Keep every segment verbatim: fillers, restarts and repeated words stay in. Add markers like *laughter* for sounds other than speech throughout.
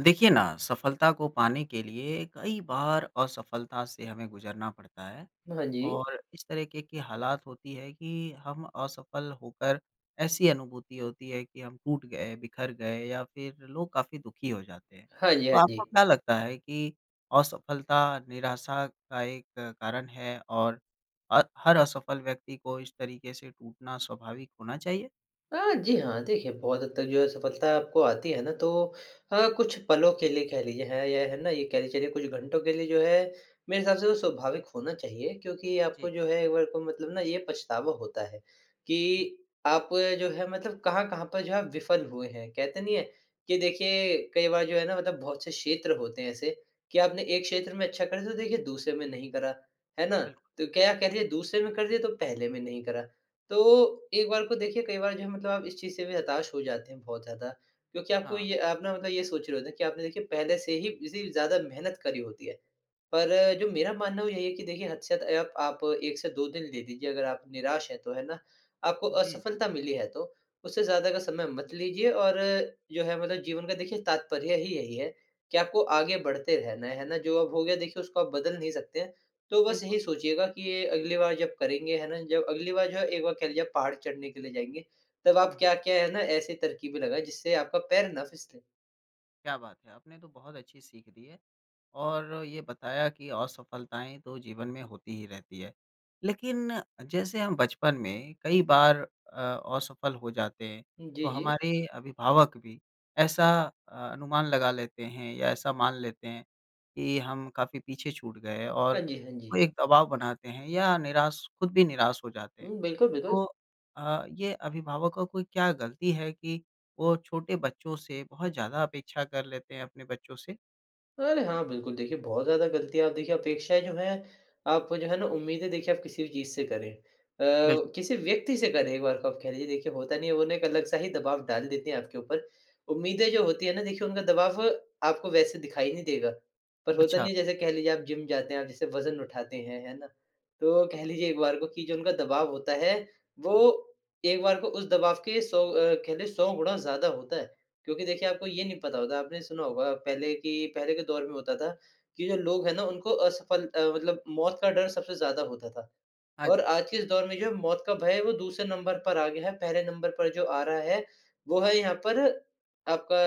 देखिए ना, सफलता को पाने के लिए कई बार असफलता से हमें गुज़रना पड़ता है हाँ जी। और इस तरीके की हालात होती है कि हम असफल होकर ऐसी अनुभूति होती है कि हम टूट गए, बिखर गए या फिर लोग काफ़ी दुखी हो जाते हैं। हाँ जी, हाँ तो जी। आपको क्या लगता है कि असफलता निराशा का एक कारण है और अ, हर असफल व्यक्ति को इस तरीके से टूटना स्वाभाविक होना चाहिए? हाँ जी, हाँ। देखिए, बहुत हद तक जो है सफलता आपको आती है ना, तो अ, कुछ पलों के लिए कह लीजिए है या है ना, ये कह के चलिए कुछ घंटों के लिए जो है मेरे हिसाब से वो स्वाभाविक होना चाहिए, क्योंकि जी। आपको जो है एक बार को मतलब ना ये पछतावा होता है कि हुँ, आप जो है मतलब कहाँ-कहाँ पर जो है विफल हुए हैं। कहते नहीं है कि देखिए कई बार जो है ना मतलब बहुत से क्षेत्र होते हैं ऐसे कि आपने एक क्षेत्र में अच्छा कर दिया तो देखिए दूसरे में नहीं करा, है ना? बिल्कुल। तो क्या कह रही है, दूसरे में कर दिया तो पहले में नहीं करा। तो एक बार को देखिए कई बार जो है मतलब आप इस चीज़ से भी हताश हो जाते हैं बहुत ज़्यादा, क्योंकि आपको हाँ। ये आप ना मतलब ये सोच रहे होते हैं कि आपने देखिए पहले से ही इसी ज़्यादा मेहनत करी होती है। पर जो मेरा मानना वो यही है कि देखिए हद से ज़्यादा आप आप एक से दो दिन ले लीजिए अगर आप निराश हैं तो, है ना? आपको जी, जी, असफलता मिली है तो, उससे ज़्यादा का समय मत लीजिए, और जो है मतलब जीवन का देखिए तात्पर्य ही यही है कि आपको आगे बढ़ते रहना है, है ना? जो अब हो गया देखिए उसको आप बदल नहीं सकते। तो बस बिल्कुल। यही सोचिएगा कि ये अगली बार जब करेंगे, है ना? जब अगली बार जो है एक बार कह लीजिए आप पहाड़ चढ़ने के लिए जाएँगे, तब हुँ, आप हुँ। क्या-क्या है ना ऐसी तरकीबें लगाएँ जिससे आपका पैर ना फिसले। क्या बात है! आपने तो बहुत अच्छी सीख दी है और ये बताया कि असफलताएँ तो जीवन में होती ही रहती है। लेकिन जैसे हम बचपन में कई बार अ, असफल हो जाते हैं, तो जी, जी। हमारे अभिभावक भी ऐसा अ, अनुमान लगा लेते हैं या ऐसा मान लेते हैं कि हम काफ़ी पीछे छूट गए और हाँ जी, हाँ जी। वो एक दबाव बनाते हैं या निराश खुद भी निराश हो जाते हैं। हुँ, बिल्कुल, बिल्कुल। तो अ, ये अभिभावकों की क्या गलती है कि वो छोटे बच्चों से बहुत ज़्यादा अपेक्षा कर लेते हैं अपने बच्चों से? अरे हाँ, बिल्कुल। देखिए बहुत ज़्यादा गलतियाँ, आप देखिए अपेक्षाएँ जो हैं, आप जो है ना उम्मीदें, देखिए आप किसी भी चीज़ से करें। अ, बिल्कुल। किसी व्यक्ति से करें एक बार को, आप कह लीजिए देखिए होता नहीं है, वो ना एक अलग-सा ही दबाव डाल देते हैं आपके ऊपर। उम्मीदें जो होती है ना, देखिए उनका दबाव आपको वैसे दिखाई नहीं देगा। पर होता अच्छा, नहीं है, जैसे कह लीजिए आप जिम जाते हैं, आप जैसे वज़न उठाते हैं, है ना? तो कह लीजिए एक बार को कि जो उनका दबाव होता है, वो एक बार को उस दबाव के सौ अ, कह लें सौ गुणा ज़्यादा होता है। क्योंकि देखिए आपको ये नहीं पता होता, आपने सुना होगा पहले कि पहले के दौर में होता था कि जो लोग हैं ना उनको असफल अ, मतलब मौत का डर सबसे ज़्यादा होता था। हाँ और जी। आज के इस दौर में जो है मौत का भय है वो दूसरे नंबर पर आ गया है। पहले नंबर पर जो आ रहा है वो है यहाँ पर आपका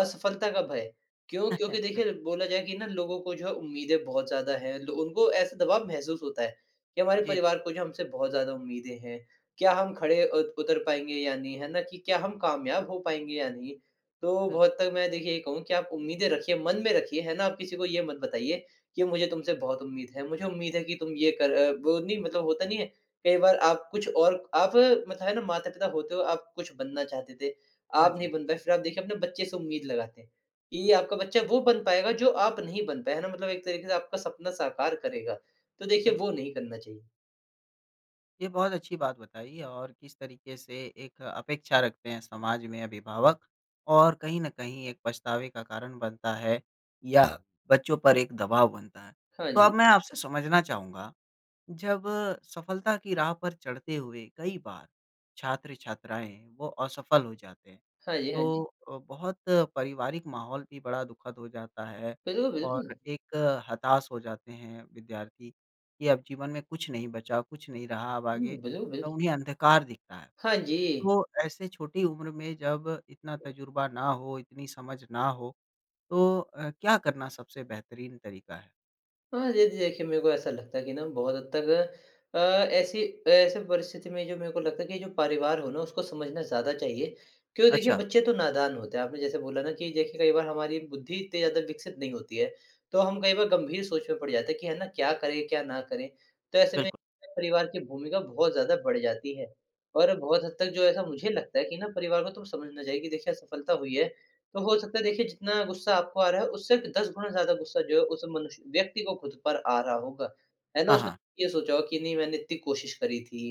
असफलता का भय। क्यों? क्योंकि बिल देखिए बोला जाए कि ना लोगों को जो है उम्मीदें बहुत ज़्यादा हैं। लो उनको ऐसा दबाव महसूस होता है कि हमारे जी, परिवार को जो हमसे बहुत ज़्यादा उम्मीदें हैं। क्या हम खड़े उत उतर पाएँगे या नहीं? है ना? कि क्या हम कामयाब हो पाएँगे या नहीं? तो बिल्क बहुत तक मैं देखिए ये कहूँ कि आप उम्मीदें रखिए, मन में रखिए, है ना? आप किसी को ये मत बताइए कि मुझे तुमसे बहुत उम्मीद है, मुझे उम्मीद है कि तुम ये कर अ, वो नहीं मतलब होता नहीं है, कई बार आप कुछ और आप मतलब है ना माता-पिता होते हो, आप कुछ बनना चाहते थे, हाँ आप जी, नहीं बन पाए, फिर आप देखिए अपने बच्चे से उम्मीद लगाते हैं कि ये आपका बच्चा वो बन पाएगा जो आप नहीं बन पाए, है ना? मतलब एक तरीके से आपका सपना साकार करेगा, तो देखिए वो बिल्कुल। नहीं करना चाहिए। ये बहुत अच्छी बात बताई और किस तरीके से एक अपेक्षा रखते हैं समाज में अभिभावक और कहीं न कहीं एक पछतावे का कारण बनता है या बच्चों पर एक दबाव बनता है। हाँ तो अब जी। मैं आपसे समझना चाहूँगा जब सफलता की राह पर चढ़ते हुए कई बार छात्र-छात्राएँ वो असफल हो जाते हैं, हाँ जी, हाँ तो जी। अ, बहुत पारिवारिक माहौल भी बड़ा दुखद हो जाता है बिल्कुल, बिल्कुल। और एक अ, हताश हो जाते हैं विद्यार्थी कि अब जीवन में कुछ नहीं बचा, कुछ नहीं रहा अब आगे हुँ, बिल्कुल, अ, बिल्कुल। उन्हें अंधकार दिखता है। हाँ जी। तो ऐसे छोटी उम्र में जब इतना तजुर्बा ना हो, इतनी समझ ना हो, तो अ, क्या करना सबसे बेहतरीन तरीका है? हाँ, ये देखिए मेरे को ऐसा लगता है कि ना बहुत हद तक अ, ऐसी ऐसे परिस्थिति में जो मेरे को लगता है कि जो परिवार हो ना उसको समझना ज़्यादा चाहिए। क्यों? देखिए अच्छा, बच्चे तो नादान होते हैं। आपने जैसे बोला ना कि देखिए कई बार हमारी बुद्धि इतनी ज़्यादा विकसित नहीं होती है। तो हम कई बार गंभीर सोच में पड़ जाते हैं कि है ना क्या करें, क्या ना करें। तो ऐसे में बिल्कुल। परिवार की भूमिका बहुत ज़्यादा बढ़ जाती है। और बहुत हद तक जो ऐसा मुझे लगता है कि ना परिवार को तो समझना चाहिए कि देखिए असफलता हुई है तो हो सकता है देखिए जितना गुस्सा आपको आ रहा है उससे दस गुना ज़्यादा गुस्सा जो है उस मनुष्य व्यक्ति को खुद पर आ रहा होगा। है ना? हाँ, उसने हाँ। ये सोचा होगा कि नहीं, मैंने इतनी कोशिश करी थी।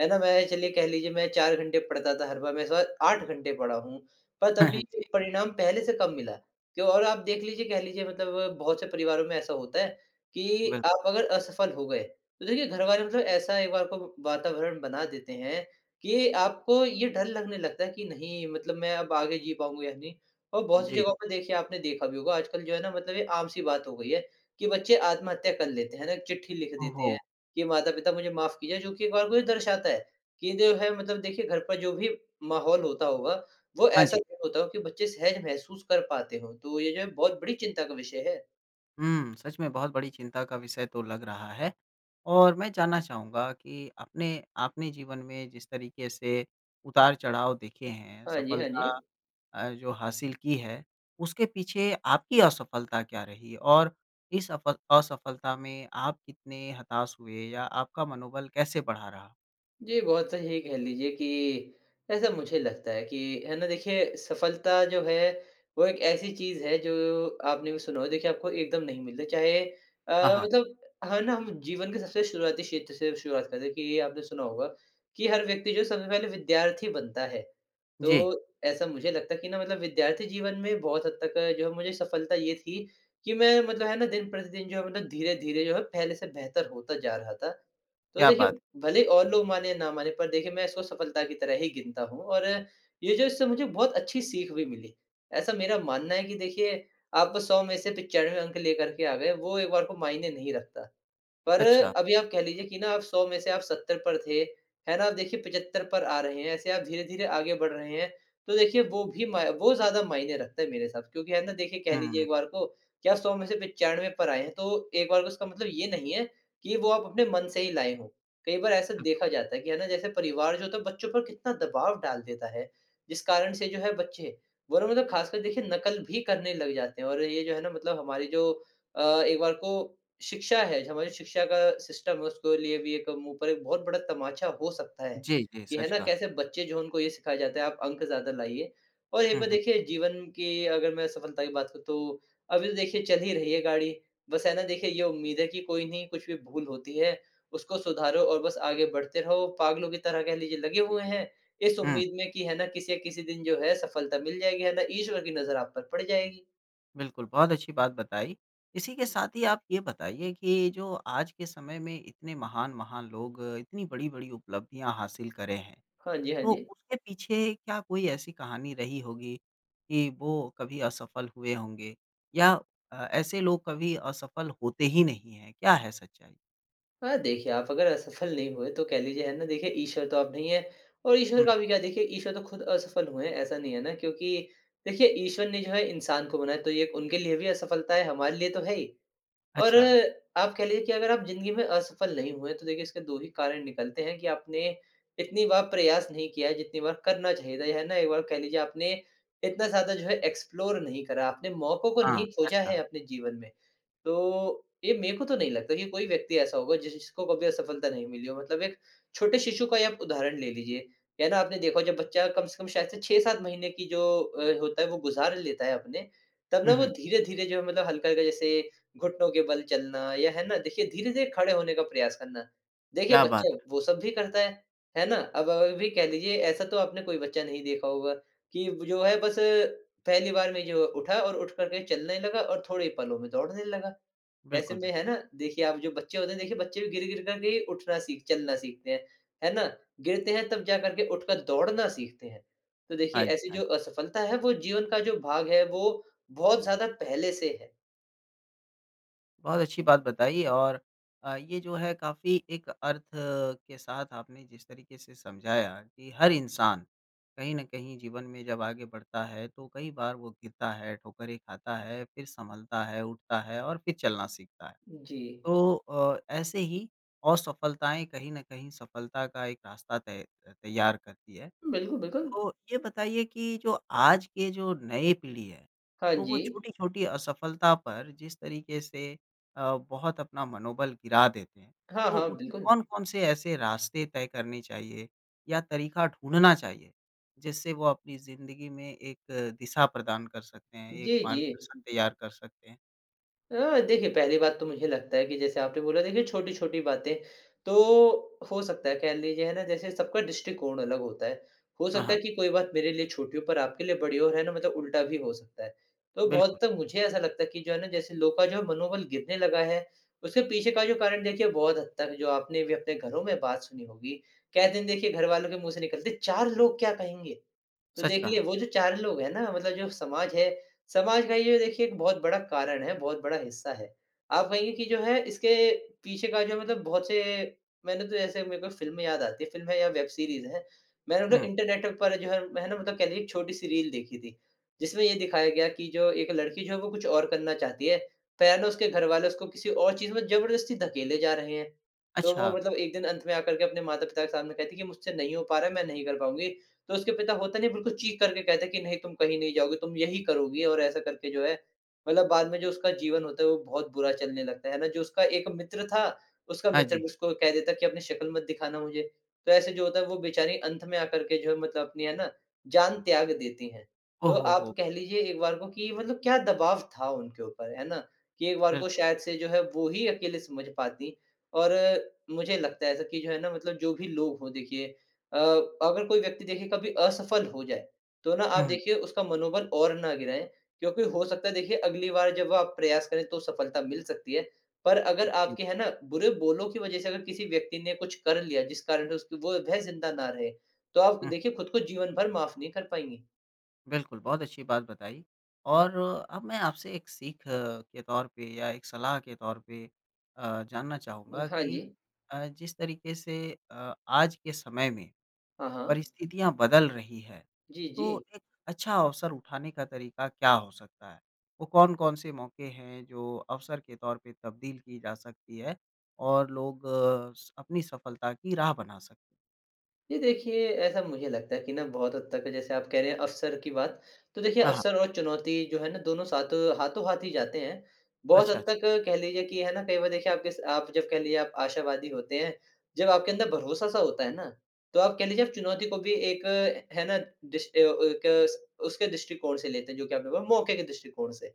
है ना? मैं, चलिए कह लीजिए, मैं चार घंटे पढ़ता था हर बार, मैं इस बार आठ घंटे पढ़ा हूँ। पर तब *laughs* भी जी, परिणाम पहले से कम मिला। क्यों? और आप देख लीजिए कह लीजिए मतलब बहुत से परिवारों में ऐसा होता है कि बिल्कुल। आप अगर असफल हो गए तो देखिए घरवाले मतलब ऐसा एक बार को वातावरण बना देते हैं कि आपको ये डर लगने लगता है कि नहीं मतलब मैं अब आगे जी पाऊँगा या नहीं। और बहुत सी जी। जगहों पे देखिए आपने देखा भी होगा, आजकल जो है ना मतलब ये आम सी बात हो गई है कि बच्चे आत्महत्या कर लेते हैं ना चिट्ठी लिख ओहो! देते हैं कि माता-पिता मुझे माफ कीजिए, जो कि एक बार को ये दर्शाता है कि जो है मतलब देखिए घर पर जो भी माहौल होता होगा वो हाँ ऐसा जी। नहीं होता हो कि बच्चे सहज महसूस कर पाते हों। तो ये जो है बहुत बड़ी चिंता का विषय है। हुँ, सच में बहुत बड़ी चिंता का विषय तो लग रहा है और मैं जानना चाहूँगा कि अपने आपने जीवन में जिस तरीके से उतार-चढ़ाव देखे हैं, हाँ जी, हाँ जी। सफलता अ, जो हासिल की है, उसके पीछे आपकी असफलता क्या रही? और इस अफ असफलता में आप कितने हताश हुए या आपका मनोबल कैसे बढ़ा रहा? जी, बहुत सही कह लीजिए कि ऐसा मुझे लगता है कि है ना देखिए सफलता जो है वो एक ऐसी चीज़ है जो आपने भी सुना हो, देखिए आपको एकदम नहीं मिलता चाहे हाँ, अ, हाँ। मतलब, है ना हम जीवन के सबसे शुरुआती क्षेत्र से शुरुआत करते हैं कि आपने सुना होगा कि हर व्यक्ति जो सबसे पहले विद्यार्थी बनता है। जी, तो ऐसा मुझे लगता है कि ना मतलब विद्यार्थी जीवन में बहुत हद तक जो है मुझे सफलता ये थी कि मैं मतलब है ना दिन-प्रतिदिन जो है मतलब धीरे-धीरे जो है पहले से बेहतर होता जा रहा था। तो क्या देखिए, बात! भले और लोग माने या ना माने, पर देखिए मैं इसको सफलता की तरह ही गिनता हूँ, और ये जो इससे मुझे बहुत अच्छी सीख भी मिली। ऐसा मेरा मानना है कि देखिए आप सौ में से पंचानवे अंक लेकर के आ गए, वो एक बार को मायने नहीं रखता। पर अच्छा। अभी आप कह लीजिए कि ना आप सौ में से आप सत्तर पर थे, है ना? आप देखिए पचहत्तर पर आ रहे हैं, ऐसे आप धीरे-धीरे आगे बढ़ रहे हैं। तो देखिए वो भी मा वो ज़्यादा मायने रखता है मेरे हिसाब से, क्योंकि है ना देखिए कह हुँ, लीजिए हुँ। एक बार को कि आप सौ में से पचानवे पर आए हैं, तो एक बार को इसका मतलब ये नहीं है कि वो आप अपने मन से ही लाए हों। कई बार ऐसा देखा जाता है कि है ना जैसे परिवार जो होता है बच्चों पर कितना दबाव डाल देता है, जिस कारण से जो है बच्चे वो ना मतलब ख़ासकर देखिए नकल भी करने लग जाते हैं, और ये जो है ना मतलब हमारी जो अ, एक बार को शिक्षा है, जो हमारी शिक्षा का सिस्टम है उसको लिए भी एक मुँह पर एक बहुत बड़ा तमाचा हो सकता है, जी, जी, कि है सच ना कहा। कैसे बच्चे जो हैं उनको ये सिखाया जाता है आप अंक ज़्यादा लाइए। और यहीं हुँ, पर हुँ। देखिए जीवन की अगर मैं सफलता की बात करूँ तो अभी तो देखिए चल ही रही है गाड़ी, बस है ना देखिए ये उम्मीद है कि कोई नहीं, कुछ भी भूल होती है, उसको सुधारो और बस आगे बढ़ते रहो, पागलों की तरह कह लीजिए लगे हुए हैं, इस हुँ। उम्मीद में कि है ना किसी या किसी दिन जो है सफलता मिल जाएगी, है ना ईश्वर की नज़र आप पर पड़ जाएगी। बिल्कुल, बहुत अच्छी बात बताई। इसी के साथ ही आप ये बताइए कि जो आज के समय में इतने महान-महान लोग इतनी बड़ी-बड़ी उपलब्धियाँ हासिल करे हैं, हाँ जी, हाँ तो जी। उसके पीछे क्या कोई ऐसी कहानी रही होगी कि वो कभी असफल हुए होंगे या अ, ऐसे लोग कभी असफल होते ही नहीं हैं? क्या है सच्चाई? हाँ, देखिए आप अगर असफल नहीं हुए तो कह लीजिए है ना देखिए ईश्वर तो आप नहीं है, और ईश्वर हुँ, का भी क्या, देखिए ईश्वर तो खुद असफल हुए हैं, ऐसा नहीं है ना, क्योंकि देखिए ईश्वर ने जो है इंसान को बनाया तो ये उनके लिए भी असफलता है, हमारे लिए तो है ही। और अच्छा। आप कह लीजिए कि अगर आप ज़िंदगी में असफल नहीं हुए तो देखिए इसके दो ही कारण निकलते हैं कि आपने इतनी बार प्रयास नहीं किया है जितनी बार करना चाहिए था, या है ना एक बार कह लीजिए आपने इतना ज़्यादा जो है एक्सप्लोर नहीं करा, आपने मौकों को हाँ, नहीं सच खोजा है कहा। अपने जीवन में। तो ये मेरे को तो नहीं लगता कि कोई व्यक्ति ऐसा होगा जिसको कभी असफलता नहीं मिली हो। मतलब एक छोटे शिशु का ही आप उदाहरण ले लीजिए, या ना आपने देखा हो जब बच्चा कम से कम शायद से छह सात महीने की जो अ, होता है वो गुज़ार लेता है अपने, तब ना हुँ, वो हुँ, धीरे-धीरे जो है मतलब हल्का-हल्का जैसे घुटनों के बल चलना या है ना, देखिए धीरे-धीरे खड़े होने का प्रयास करना। देखिए क्या बात! बच्चा वो सब भी करता है, है ना? अब अभी कह लीजिए ऐसा तो आपने कोई बच्चा नहीं देखा होगा कि जो है बस पहली बार में जो उठा और उठ कर के चलने लगा और थोड़े ही पलों में दौड़ने लगा। ऐसे बिल्कुल, में है बिल्कुल। ना देखिए आप जो बच्चे होते हैं देखिए बच्चे भी गिर-गिर करके ही उठना सीख चलना सीखते हैं, है ना? गिरते हैं तब जा करके उठकर दौड़ना सीखते हैं। तो देखिए हाँ जी, ऐसी हाँ जो जी। असफलता है वो जीवन का जो भाग है वो बहुत ज़्यादा पहले से है। बहुत अच्छी बात बताई और अ, ये जो है काफ़ी एक अर्थ के साथ आपने जिस तरीके से समझाया कि हर इंसान कहीं न कहीं जीवन में जब आगे बढ़ता है तो कई बार वो गिरता है, ठोकरें खाता है, फिर संभलता है, उठता है और फिर चलना सीखता है। जी। तो अ, ऐसे ही असफलताएँ कहीं न कहीं सफलता का एक रास्ता तय तैयार करती है। बिल्कुल, बिल्कुल। तो ये बताइए कि जो आज के जो नए पीढ़ी है, हाँ तो वो जी। छोटी-छोटी असफलता पर जिस तरीके से अ, बहुत अपना मनोबल गिरा देते हैं, हाँ, तो हाँ, उन्हें बिल्कुल। कौन-कौन से ऐसे रास्ते तय करने चाहिए या तरीका ढूँढना चाहिए, जिससे वो अपनी ज़िंदगी में एक दिशा प्रदान कर सकते हैं, एक जी, जी। मार्गदर्शन तैयार कर सकते हैं? अ, देखिए पहली बात तो मुझे लगता है कि जैसे आपने बोला देखिए छोटी-छोटी बातें, तो हो सकता है कह लीजिए है ना जैसे सबका दृष्टिकोण अलग होता है। हो हाँ, सकता हाँ, है कि कोई बात मेरे लिए छोटी हो पर आपके लिए बड़ी हो और है ना मतलब उल्टा भी हो सकता है। तो बिल्कुल, बहुत तक मुझे ऐसा लगता है कि जो है ना जैसे लोग का जो मनोबल गिरने लगा है, उसके पीछे का जो कारण देखिए बहुत हद तक जो आपने भी अपने घरों में बात सुनी होगी। कहते हैं देखिए घर वालों के मुँह से निकलती है चार लोग क्या कहेंगे? तो सच देख कहा। लिए वो जो चार लोग हैं ना मतलब जो समाज है, समाज का ये देखिए एक बहुत बड़ा कारण है, बहुत बड़ा हिस्सा है। आप कहेंगे कि जो है इसके पीछे का जो मतलब बहुत से मैंने तो ऐसे मेरे को फ़िल्म याद आती है, फ़िल्म है या वेब सीरीज़ है। मैंने मतलब हुँ, इंटरनेट पर जो है है ना मतलब कह लीजिए एक छोटी-सी रील देखी थी, जिसमें ये दिखाया गया कि जो एक लड़की जो है वो कुछ और करना चाहती है, पर उसके घरवाले उसको किसी और चीज़ में ज़बरदस्ती धकेले जा रहे हैं। तो अच्छा, वो मतलब एक दिन अंत में आकर के अपने माता-पिता के सामने कहती है कि मुझसे नहीं हो पा रहा है, मैं नहीं कर पाऊँगी। तो उसके पिता होता नहीं है बिल्कुल चीख करके कहते हैं कि नहीं तुम कहीं नहीं जाओगे, तुम यही करोगी और ऐसा करके जो है मतलब बाद में जो उसका जीवन होता है वो बहुत बुरा चलने लगता है, है ना? जो उसका एक मित्र था, उसका हाँ मित्र जी। भी उसको कह देता है कि अपनी शक्ल मत दिखाना मुझे। तो ऐसे जो होता है वो बेचारी अंत में आकर के जो है मतलब अपनी है ना जान त्याग देती हैं। ओह तो हो, आप हो! कह लीजिए एक बार को कि मतलब क्या दबाव था उनके ऊपर, है ना? कि एक बार को बिल्कुल, शायद से जो है वो ही अकेले समझ पातीं और मुझे लगता है ऐसा कि जो है ना मतलब जो भी लोग हों देखिए अ, अगर कोई व्यक्ति देखिए कभी असफल हो जाए, तो ना हुँ, आप हुँ। देखिए उसका मनोबल और ना गिराएँ, क्योंकि हो सकता है देखिए अगली बार जब आप प्रयास करें तो सफलता मिल सकती है। पर अगर जी। आपके है ना बुरे बोलों की वज़ह से अगर किसी व्यक्ति ने कुछ कर लिया जिस कारण से उसकी वो वह ज़िंदा ना रहे, तो आप हुँ। देखिए खुद को जीवन भर माफ़ नहीं कर पाएँगी। बिल्कुल, बहुत अच्छी बात बताई और अब मैं आपसे एक सीख अ, के तौर पे या एक सलाह के तौर पे अ, जानना चाहूँगा हाँ कि जी। अ, जिस तरीके से अ, आज के समय में हाँ, हाँ। परिस्थितियाँ बदल रही है, जी, जी। तो एक अच्छा अवसर उठाने का तरीका क्या हो सकता है? वो कौन-कौन से मौके हैं जो अवसर के तौर पे तब्दील की जा सकती है और लोग अ, स अपनी सफलता की राह बना सकते हैं? जी, देखिए ऐसा मुझे लगता है कि ना बहुत हद तक जैसे आप कह रहे हैं अवसर की बात, तो देखिए हाँ, हाँ। अवसर और चुनौती जो है ना दोनों साथ हाथों-हाथ ही जाते हैं। बहुत अच्छा, हद अच्छा। तक कह लीजिए कि है ना कई बार देखिए आपके स आप जब कह लीजिए आप आशावादी होते हैं, जब आपके अंदर भरोसा-सा होता है ना, तो आप कह लीजिए आप चुनौती को भी एक है ना, डिश अ, एक उसके दृष्टिकोण से लेते हैं जो कि आपने बोला मौके के दृष्टिकोण से।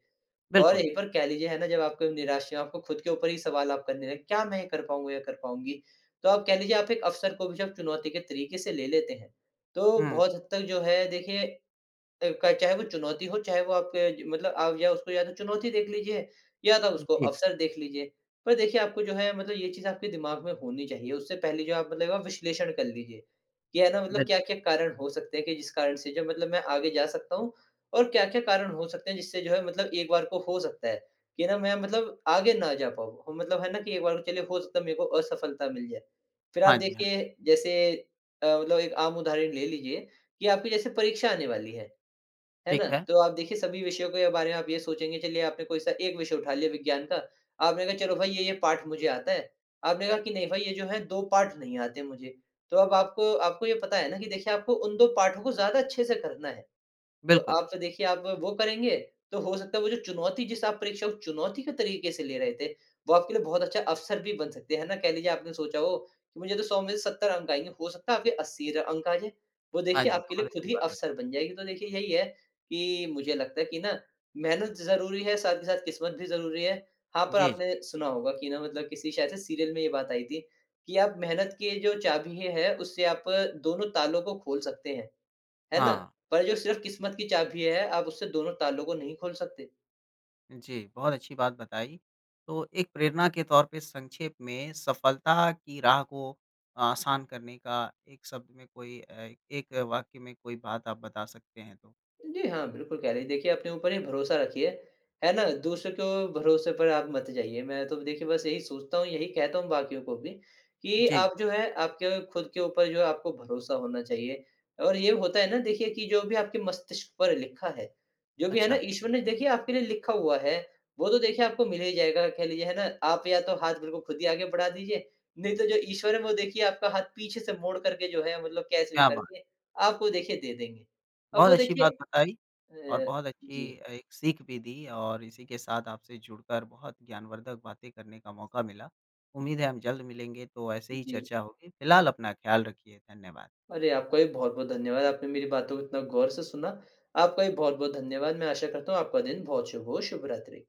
और बिल्कुल। यहीं पर कह लीजिए है ना जब आपको निराश या आपको खुद के ऊपर ही सवाल आप करने लगे, क्या मैं ये कर पाऊँगा या कर पाऊँगी? तो आप कह लीजिए आप एक अवसर को भी जब चुनौती के तरीके से ले लेते हैं, तो हुँ। बहुत हद तक जो है देखिए अ, क चाहे वो चुनौती हो, चाहे वो आपके ज मतलब आप या उसको या तो चुनौती देख लीजिए या तो उसको जी, अवसर देख लीजिए। पर देखिए आपको जो है मतलब ये चीज़ आपके दिमाग में होनी चाहिए। उससे पहले जो आप मतलब आप विश्लेषण कर लीजिए। कि है ना मतलब बिल्कुल। क्या-क्या कारण हो सकते हैं कि जिस कारण से जो मतलब मैं आगे जा सकता हूँ और क्या-क्या कारण हो सकते हैं जिससे जो है मतलब एक बार को हो सकता है कि ना मैं मतलब आगे ना जा पाऊँ। हो मतलब है ना कि एक बार को चलिए हो सकता है मेरे को असफलता मिल जाए। फिर आप हाँ जी, हाँ जी। देखिए जैसे अ, मतलब एक आम उदाहरण ले लीजिए कि आपकी जैसे परीक्षा आने वाली है। है ना? ठीक है। तो आप देखिए सभी विषयों के बारे में आप ये सोचेंगे चलिए आपने कोई सा एक विषय उठा लिया विज्ञान का, आपने कहा चलो भाई ये-ये पाठ मुझे आता है। आपने कहा कि नहीं भाई ये जो है दो पाठ नहीं आते मुझे। तो अब आपको आपको ये पता है ना कि देखिए आपको उन दो पाठों को ज़्यादा अच्छे से करना है। तो बिल्कुल। आप तो देखिए आप वो करेंगे, तो हो सकता है वो जो चुनौती जिस आप परीक्षा को चुनौती के तरीके से ले रहे थे, वो आपके लिए बहुत अच्छा अवसर भी बन सकते हैं, है ना? कह लीजिए आपने सोचा हो कि मुझे तो सौ में से सत्तर अंक आएँगे, हो सकता है आपके अस्सी र अंक आ जाए। वो हाँ देखिए जी, आपके बहुत लिए खुद अच्छी ही बात अवसर बताई। बन जाएगी। तो देखिए यही है कि मुझे लगता है कि ना मेहनत ज़रूरी है, साथ ही साथ किस्मत भी ज़रूरी है। हाँ, पर जी, जी। आपने सुना होगा कि ना मतलब किसी शायद से सीरियल में ये बात आई थी कि आप मेहनत की जो चाबी है, उससे आप दोनों तालों को खोल सकते हैं। है ना? हाँ। पर जो सिर्फ़ बिल्कुल। किस्मत की चाबी है, आप उससे दोनों तालों को नहीं खोल सकते। जी, बहुत अच्छी बात बताई। तो एक प्रेरणा के तौर पे संक्षेप में सफलता की राह को आसान करने का एक शब्द में कोई अ, एक वाक्य में कोई बात आप बता सकते हैं तो? जी हाँ, बिल्कुल कह रही हैं। देखिए अपने ऊपर ही भरोसा रखिए, है ना? दूसरों के भरोसे पर आप मत जाइए। मैं तो देखिए बस यही सोचता हूँ, यही कहता हूँ बाकियों को भी कि जी, जी। आप जो है आपके खुद के ऊपर जो है आपको भरोसा होना चाहिए। और ये होता है ना देखिए कि जो भी आपके मस्तिष्क पर लिखा है, जो भी है ना अच्छा, ईश्वर ने देखिए आपके लिए लिखा हुआ है, वो तो देखिए आपको मिल ही जाएगा कह लीजिए है ना? आप या तो हाथ बिल्कुल खुद ही आगे बढ़ा दीजिए, नहीं तो जो ईश्वर है वो देखिए आपका हाथ पीछे से मोड़ करके जो है मतलब कैसे भी क्या बात! करके आपको देखिए दे देंगे। अब बहुत वो अच्छी बात देखिए बताई और अ, बहुत जी, अच्छी अ, एक सीख भी दी और इसी के साथ आपसे जुड़कर बहुत ज्ञानवर्धक बातें करने का मौका मिला। उम्मीद है हम जल्द मिलेंगे तो ऐसे ही जी। चर्चा होगी। फिलहाल अपना ख़्याल रखिए। धन्यवाद। अरे! आपका भी बहुत-बहुत धन्यवाद। आपने मेरी बातों को इतना गौर से सुना। आपका भी बहुत-बहुत धन्यवाद। मैं आशा करता हूँ आपका दिन बहुत शुभ हो। शुभ रात्रि।